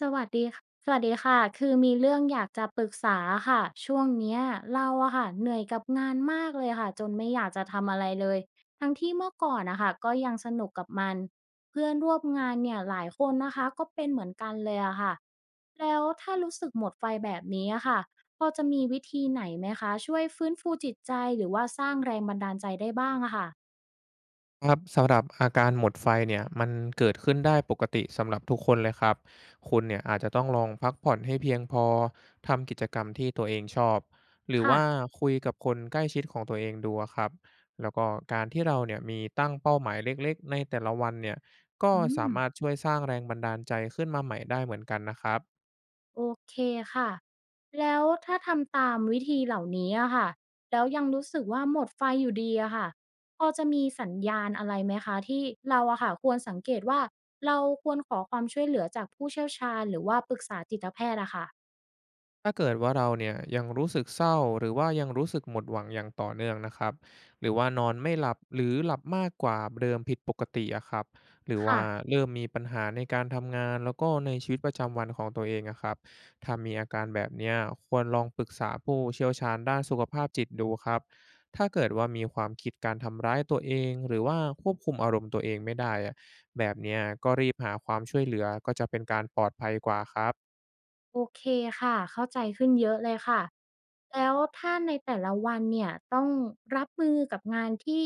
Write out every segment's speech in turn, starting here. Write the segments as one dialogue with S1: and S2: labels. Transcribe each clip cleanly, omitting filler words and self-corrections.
S1: สวัสดีคะสวัสดีค่ะคือมีเรื่องอยากจะปรึกษาค่ะ ช่วงเนี้ยเราอะค่ะเหนื่อยกับงานมากเลยค่ะจนไม่อยากจะทำอะไรเลยทั้งที่เมื่อก่อนนะคะก็ยังสนุกกับมันเพื่อนร่วมงานเนี่ยหลายคนนะคะก็เป็นเหมือนกันเลยอะค่ะแล้วถ้ารู้สึกหมดไฟแบบนี้อะค่ะพอจะมีวิธีไหนไหมคะช่วยฟื้นฟูจิตใจหรือว่าสร้างแรงบันดาลใจได้บ้างอะค่ะ
S2: ครับสำหรับอาการหมดไฟเนี่ยมันเกิดขึ้นได้ปกติสำหรับทุกคนเลยครับคุณเนี่ยอาจจะต้องลองพักผ่อนให้เพียงพอทำกิจกรรมที่ตัวเองชอบหรือ
S1: ค่ะ
S2: ว่าคุยกับคนใกล้ชิดของตัวเองดูอะครับแล้วก็การที่เราเนี่ยมีตั้งเป้าหมายเล็กๆในแต่ละวันเนี่ยก็
S1: อื
S2: สา
S1: ม
S2: มารถช่วยสร้างแรงบันดาลใจขึ้นมาใหม่ได้เหมือนกันนะครับ
S1: โอเคค่ะ แล้วถ้าทำตามวิธีเหล่านี้อะค่ะ แล้วยังรู้สึกว่าหมดไฟอยู่ดีอะค่ะ พอจะมีสัญญาณอะไรไหมคะที่เราอะค่ะควรสังเกตว่าเราควรขอความช่วยเหลือจากผู้เชี่ยวชาญหรือว่าปรึกษาจิตแพทย์อะค่ะ
S2: ถ้าเกิดว่าเราเนี่ยยังรู้สึกเศร้าหรือว่ายังรู้สึกหมดหวังอย่างต่อเนื่องนะครับหรือว่านอนไม่หลับหรือหลับมากกว่าเดิมผิดปกติอะครับหรือว่า
S1: ค่ะ
S2: เริ่มมีปัญหาในการทำงานแล้วก็ในชีวิตประจำวันของตัวเองอะครับถ้ามีอาการแบบเนี้ยควรลองปรึกษาผู้เชี่ยวชาญด้านสุขภาพจิตดูครับถ้าเกิดว่ามีความคิดการทำร้ายตัวเองหรือว่าควบคุมอารมณ์ตัวเองไม่ได้อะแบบเนี้ยก็รีบหาความช่วยเหลือก็จะเป็นการปลอดภัยกว่าครับ
S1: โอเคค่ะเข้าใจขึ้นเยอะเลยค่ะแล้วถ้าในแต่ละวันเนี่ยต้องรับมือกับงานที่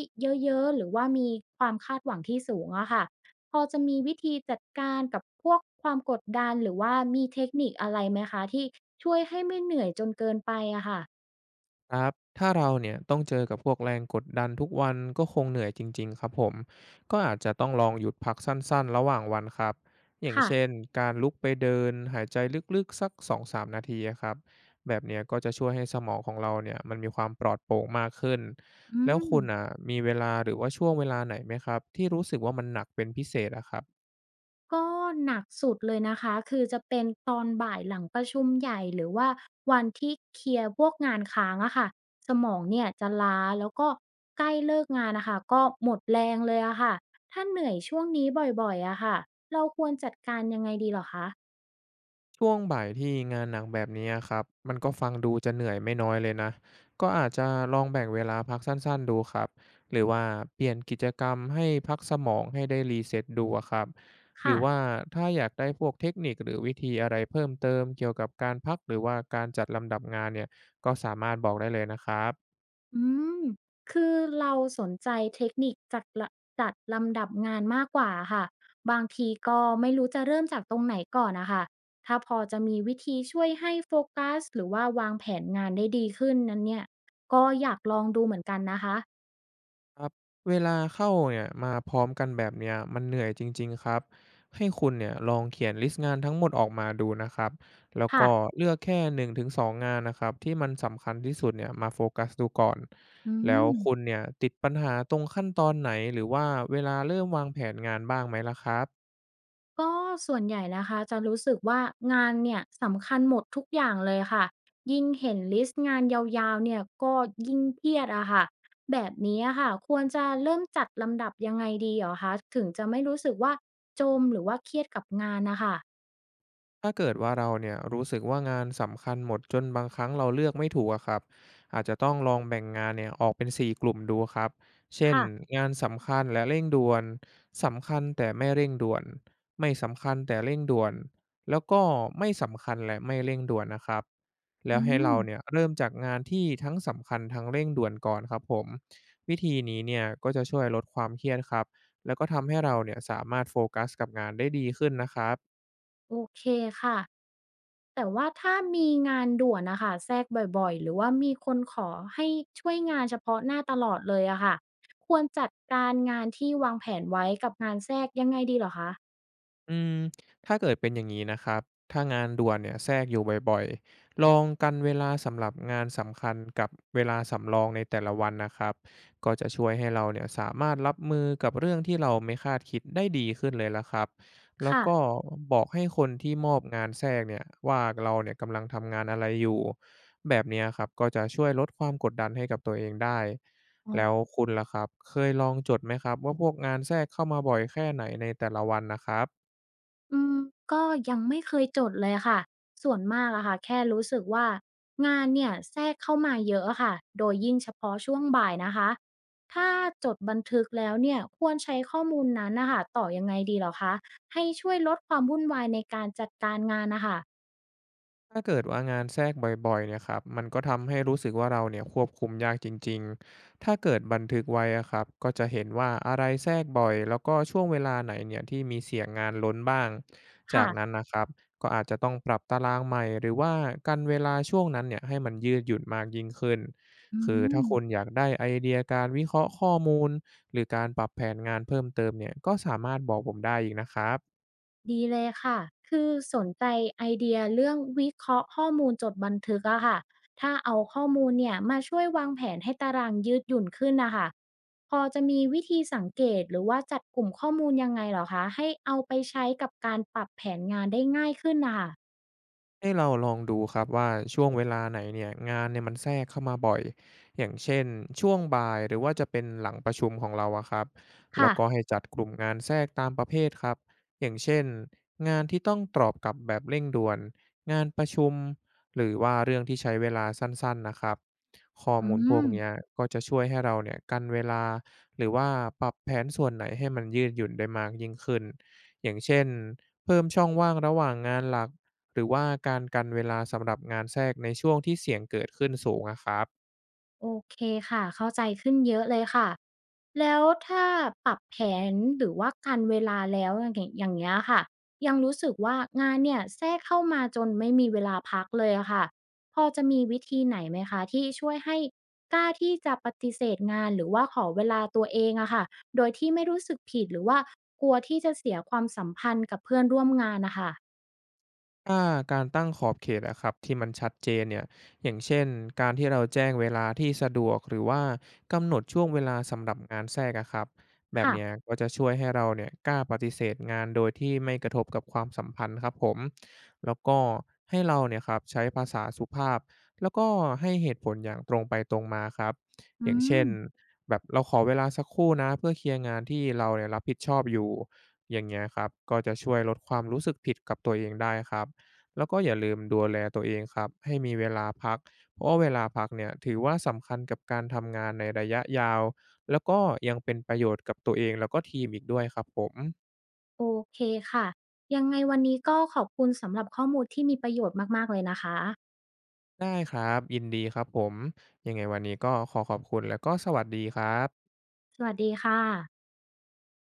S1: เยอะๆหรือว่ามีความคาดหวังที่สูงอะค่ะพอจะมีวิธีจัดการกับพวกความกดดันหรือว่ามีเทคนิคอะไรไหมคะที่ช่วยให้ไม่เหนื่อยจนเกินไปอะค่ะ
S2: ครับถ้าเราเนี่ยต้องเจอกับพวกแรงกดดันทุกวันก็คงเหนื่อยจริงๆครับผม ก็อาจจะต้องลองหยุดพักสั้นๆระหว่างวันครับ อย่าง
S1: ค่ะ
S2: เช่นการลุกไปเดินหายใจลึกๆสัก2-3นาทีอะครับ แบบเนี้ยก็จะช่วยให้สมองของเราเนี่ยมันมีความปลอดโปร่งมากขึ้น
S1: อื
S2: แล้ว
S1: ม
S2: คุณอ่ะมีเวลาหรือว่าช่วงเวลาไหนไหมครับที่รู้สึกว่ามันหนักเป็นพิเศษอะครับ
S1: ก็หนักสุดเลยนะคะ คือจะเป็นตอนบ่ายหลังประชุมใหญ่หรือว่าวันที่เคลียร์พวกงานค้างอะค่ะสมองเนี่ยจะล้าแล้วก็ใกล้เลิกงานนะคะ ก็หมดแรงเลยอะค่ะถ้าเหนื่อยช่วงนี้บ่อยๆอะค่ะเราควรจัดการยังไงดีเหรอคะ
S2: ช่วงบ่ายที่งานหนักแบบนี้ครับมันก็ฟังดูจะเหนื่อยไม่น้อยเลยนะก็อาจจะลองแบ่งเวลาพักสั้นๆดูครับหรือว่าเปลี่ยนกิจกรรมให้พักสมองให้ได้รีเซ็ตดูอะครับหรือว่า
S1: ค่ะ
S2: ถ้าอยากได้พวกเทคนิคหรือวิธีอะไรเพิ่มเติมเกี่ยวกับการพักหรือว่าการจัดลำดับงานเนี่ยก็สามารถบอกได้เลยนะครับ
S1: อืม คือเราสนใจเทคนิคจัดละจัดลำดับงานมากกว่าค่ะ บางทีก็ไม่รู้จะเริ่มจากตรงไหนก่อนนะคะ ถ้าพอจะมีวิธีช่วยให้โฟกัสหรือว่าวางแผนงานได้ดีขึ้นนั้นเนี่ยก็อยากลองดูเหมือนกันนะคะ
S2: ครับเวลาเข้าเนี่ยมาพร้อมกันแบบเนี้ยมันเหนื่อยจริงๆครับให้คุณเนี่ยลองเขียนลิสต์งานทั้งหมดออกมาดูนะครับแล้ว
S1: ค่ะ
S2: ก็เลือกแค่1-2งถึงสองงานนะครับที่มันสำคัญที่สุดเนี่ยมาโฟกัสดูก่อน
S1: อื
S2: แล้ว
S1: ม
S2: คุณเนี่ยติดปัญหาตรงขั้นตอนไหนหรือว่าเวลาเริ่มวางแผนงานบ้างไหมล่ะครับ
S1: ก็ส่วนใหญ่นะคะจะรู้สึกว่างานเนี่ยสำคัญหมดทุกอย่างเลยค่ะยิ่งเห็นลิสต์งานยาวๆเนี่ยก็ยิ่งเครียดอะค่ะแบบนี้อะค่ะควรจะเริ่มจัดลำดับยังไงดีเหรอคะถึงจะไม่รู้สึกว่าจมหรือว่าเครียดกับงานนะคะ
S2: ถ้าเกิดว่าเราเนี่ยรู้สึกว่างานสำคัญหมดจนบางครั้งเราเลือกไม่ถูกอะครับอาจจะต้องลองแบ่งงานเนี่ยออกเป็น4กลุ่มดูครับเช่น
S1: ค่ะ
S2: งานสำคัญและเร่งด่วนสำคัญแต่ไม่เร่งด่วนไม่สำคัญแต่เร่งด่วนแล้วก็ไม่สำคัญและไม่เร่งด่วนนะครับแล้
S1: อื
S2: วให้
S1: ม
S2: เราเนี่ยเริ่มจากงานที่ทั้งสำคัญทั้งเร่งด่วนก่อนครับผมวิธีนี้เนี่ยก็จะช่วยลดความเครียดครับแล้วก็ทำให้เราเนี่ยสามารถโฟกัสกับงานได้ดีขึ้นนะครับ
S1: โอเคค่ะ แต่ว่าถ้ามีงานด่วนนะคะแทรกบ่อยๆหรือว่ามีคนขอให้ช่วยงานเฉพาะหน้าตลอดเลยอะค่ะควรจัดการงานที่วางแผนไว้กับงานแทรกยังไงดีเหรอคะ
S2: อืมถ้าเกิดเป็นอย่างนี้นะครับถ้างานด่วนเนี่ยแทรกอยู่บ่อยๆลองกันเวลาสำหรับงานสำคัญกับเวลาสำรองในแต่ละวันนะครับก็จะช่วยให้เราเนี่ยสามารถรับมือกับเรื่องที่เราไม่คาดคิดได้ดีขึ้นเลยละครับแล้วก็
S1: ค่ะ
S2: บอกให้คนที่มอบงานแทรกเนี่ยว่าเราเนี่ยกำลังทำงานอะไรอยู่แบบเนี้ยครับก็จะช่วยลดความกดดันให้กับตัวเองได้
S1: อ๋
S2: แล้ว
S1: อ
S2: คุณล่ะครับเคยลองจดไหมครับว่าพวกงานแทรกเข้ามาบ่อยแค่ไหนในแต่ละวันนะครับ
S1: อืมก็ยังไม่เคยจดเลยค่ะส่วนมากอะค่ะแค่รู้สึกว่างานเนี่ยแทรกเข้ามาเยอะอะค่ะโดยยิ่งเฉพาะช่วงบ่ายนะคะถ้าจดบันทึกแล้วเนี่ยควรใช้ข้อมูลนั้นนะคะต่อยังไงดีเหรอคะให้ช่วยลดความวุ่นวายในการจัดการงานนะคะ
S2: ถ้าเกิดว่างานแทรกบ่อยๆเนี่ยครับมันก็ทำให้รู้สึกว่าเราเนี่ยควบคุมยากจริงๆถ้าเกิดบันทึกไว้อะครับก็จะเห็นว่าอะไรแทรกบ่อย แล้วก็ช่วงเวลาไหนเนี่ยที่มีเสียงงานล้นบ้างจากนั้
S1: ค่ะ
S2: นนะครับก็อาจจะต้องปรับตารางใหม่หรือว่ากันเวลาช่วงนั้นเนี่ยให้มันยืดหยุ่นมากยิ่งขึ้น
S1: อื
S2: คือ
S1: ม
S2: ถ้าคุณอยากได้ไอเดียการวิเคราะห์ข้อมูล หรือการปรับแผนงานเพิ่มเติมเนี่ยก็สามารถบอกผมได้อีกนะครับ
S1: ดีเลยค่ะ คือสนใจไอเดียเรื่องวิเคราะห์ข้อมูลจดบันทึกอะค่ะ ถ้าเอาข้อมูลเนี่ยมาช่วยวางแผนให้ตารางยืดหยุ่นขึ้นนะคะ พอจะมีวิธีสังเกตหรือว่าจัดกลุ่มข้อมูลยังไงเหรอคะ ให้เอาไปใช้กับการปรับแผนงานได้ง่ายขึ้นนะคะ
S2: ให้เราลองดูครับว่าช่วงเวลาไหนเนี่ยงานเนี่ยมันแทรกเข้ามาบ่อยอย่างเช่นช่วงบ่ายหรือว่าจะเป็นหลังประชุมของเราอะครับแล้
S1: ค่ะ
S2: วก็ให้จัดกลุ่มงานแทรกตามประเภทครับอย่างเช่นงานที่ต้องตอบกลับแบบเร่งด่วนงานประชุมหรือว่าเรื่องที่ใช้เวลาสั้นๆนะครับข้อ
S1: อื
S2: มูลพวกเนี้ย
S1: ม
S2: ก็จะช่วยให้เราเนี่ยกันเวลาหรือว่าปรับแผนส่วนไหนให้มันยืดหยุ่นได้มากยิ่งขึ้นอย่างเช่นเพิ่มช่องว่างระหว่างงานหลัก หรือว่าการกันเวลาสำหรับงานแทรกในช่วงที่เสี่ยงเกิดขึ้นสูงอะครับ
S1: โอเคค่ะเข้าใจขึ้นเยอะเลยค่ะแล้วถ้าปรับแผนหรือว่าการเวลาแล้วอย่างเงี้ยค่ะยังรู้สึกว่างานเนี่ยแทรกเข้ามาจนไม่มีเวลาพักเลยอะค่ะพอจะมีวิธีไหนไหมคะที่ช่วยให้กล้าที่จะปฏิเสธงานหรือว่าขอเวลาตัวเองอะค่ะโดยที่ไม่รู้สึกผิดหรือว่ากลัวที่จะเสียความสัมพันธ์กับเพื่อนร่วมงานนะคะ
S2: ถ้าการตั้งขอบเขตอะครับที่มันชัดเจนเนี่ยอย่างเช่นการที่เราแจ้งเวลาที่สะดวกหรือว่ากำหนดช่วงเวลาสำหรับงานแทรกอะครับแบบ
S1: ค่ะ
S2: เนี้ยก็จะช่วยให้เราเนี่ยกล้าปฏิเสธงานโดยที่ไม่กระทบกับความสัมพันธ์ครับผมแล้วก็ให้เราเนี่ยครับใช้ภาษาสุภาพแล้วก็ให้เหตุผลอย่างตรงไปตรงมาครับ
S1: อื
S2: อย่าง
S1: ม
S2: เช่นแบบเราขอเวลาสักครู่นะเพื่อเคลียร์งานที่เราเนี่ยรับผิดชอบอยู่อย่างเงี้ยครับก็จะช่วยลดความรู้สึกผิดกับตัวเองได้ครับ แล้วก็อย่าลืมดูแลตัวเองครับให้มีเวลาพักเพราะว่าเวลาพักเนี่ยถือว่าสำคัญกับการทำงานในระยะยาวแล้วก็ยังเป็นประโยชน์กับตัวเองแล้วก็ทีมอีกด้วยครับผม
S1: โอเคค่ะยังไงวันนี้ก็ขอบคุณสำหรับข้อมูลที่มีประโยชน์มากๆเลยนะคะ
S2: ได้ครับยินดีครับผมยังไงวันนี้ก็ขอขอบคุณแล้วก็สวัสดีครับ
S1: สวัสดีค่ะ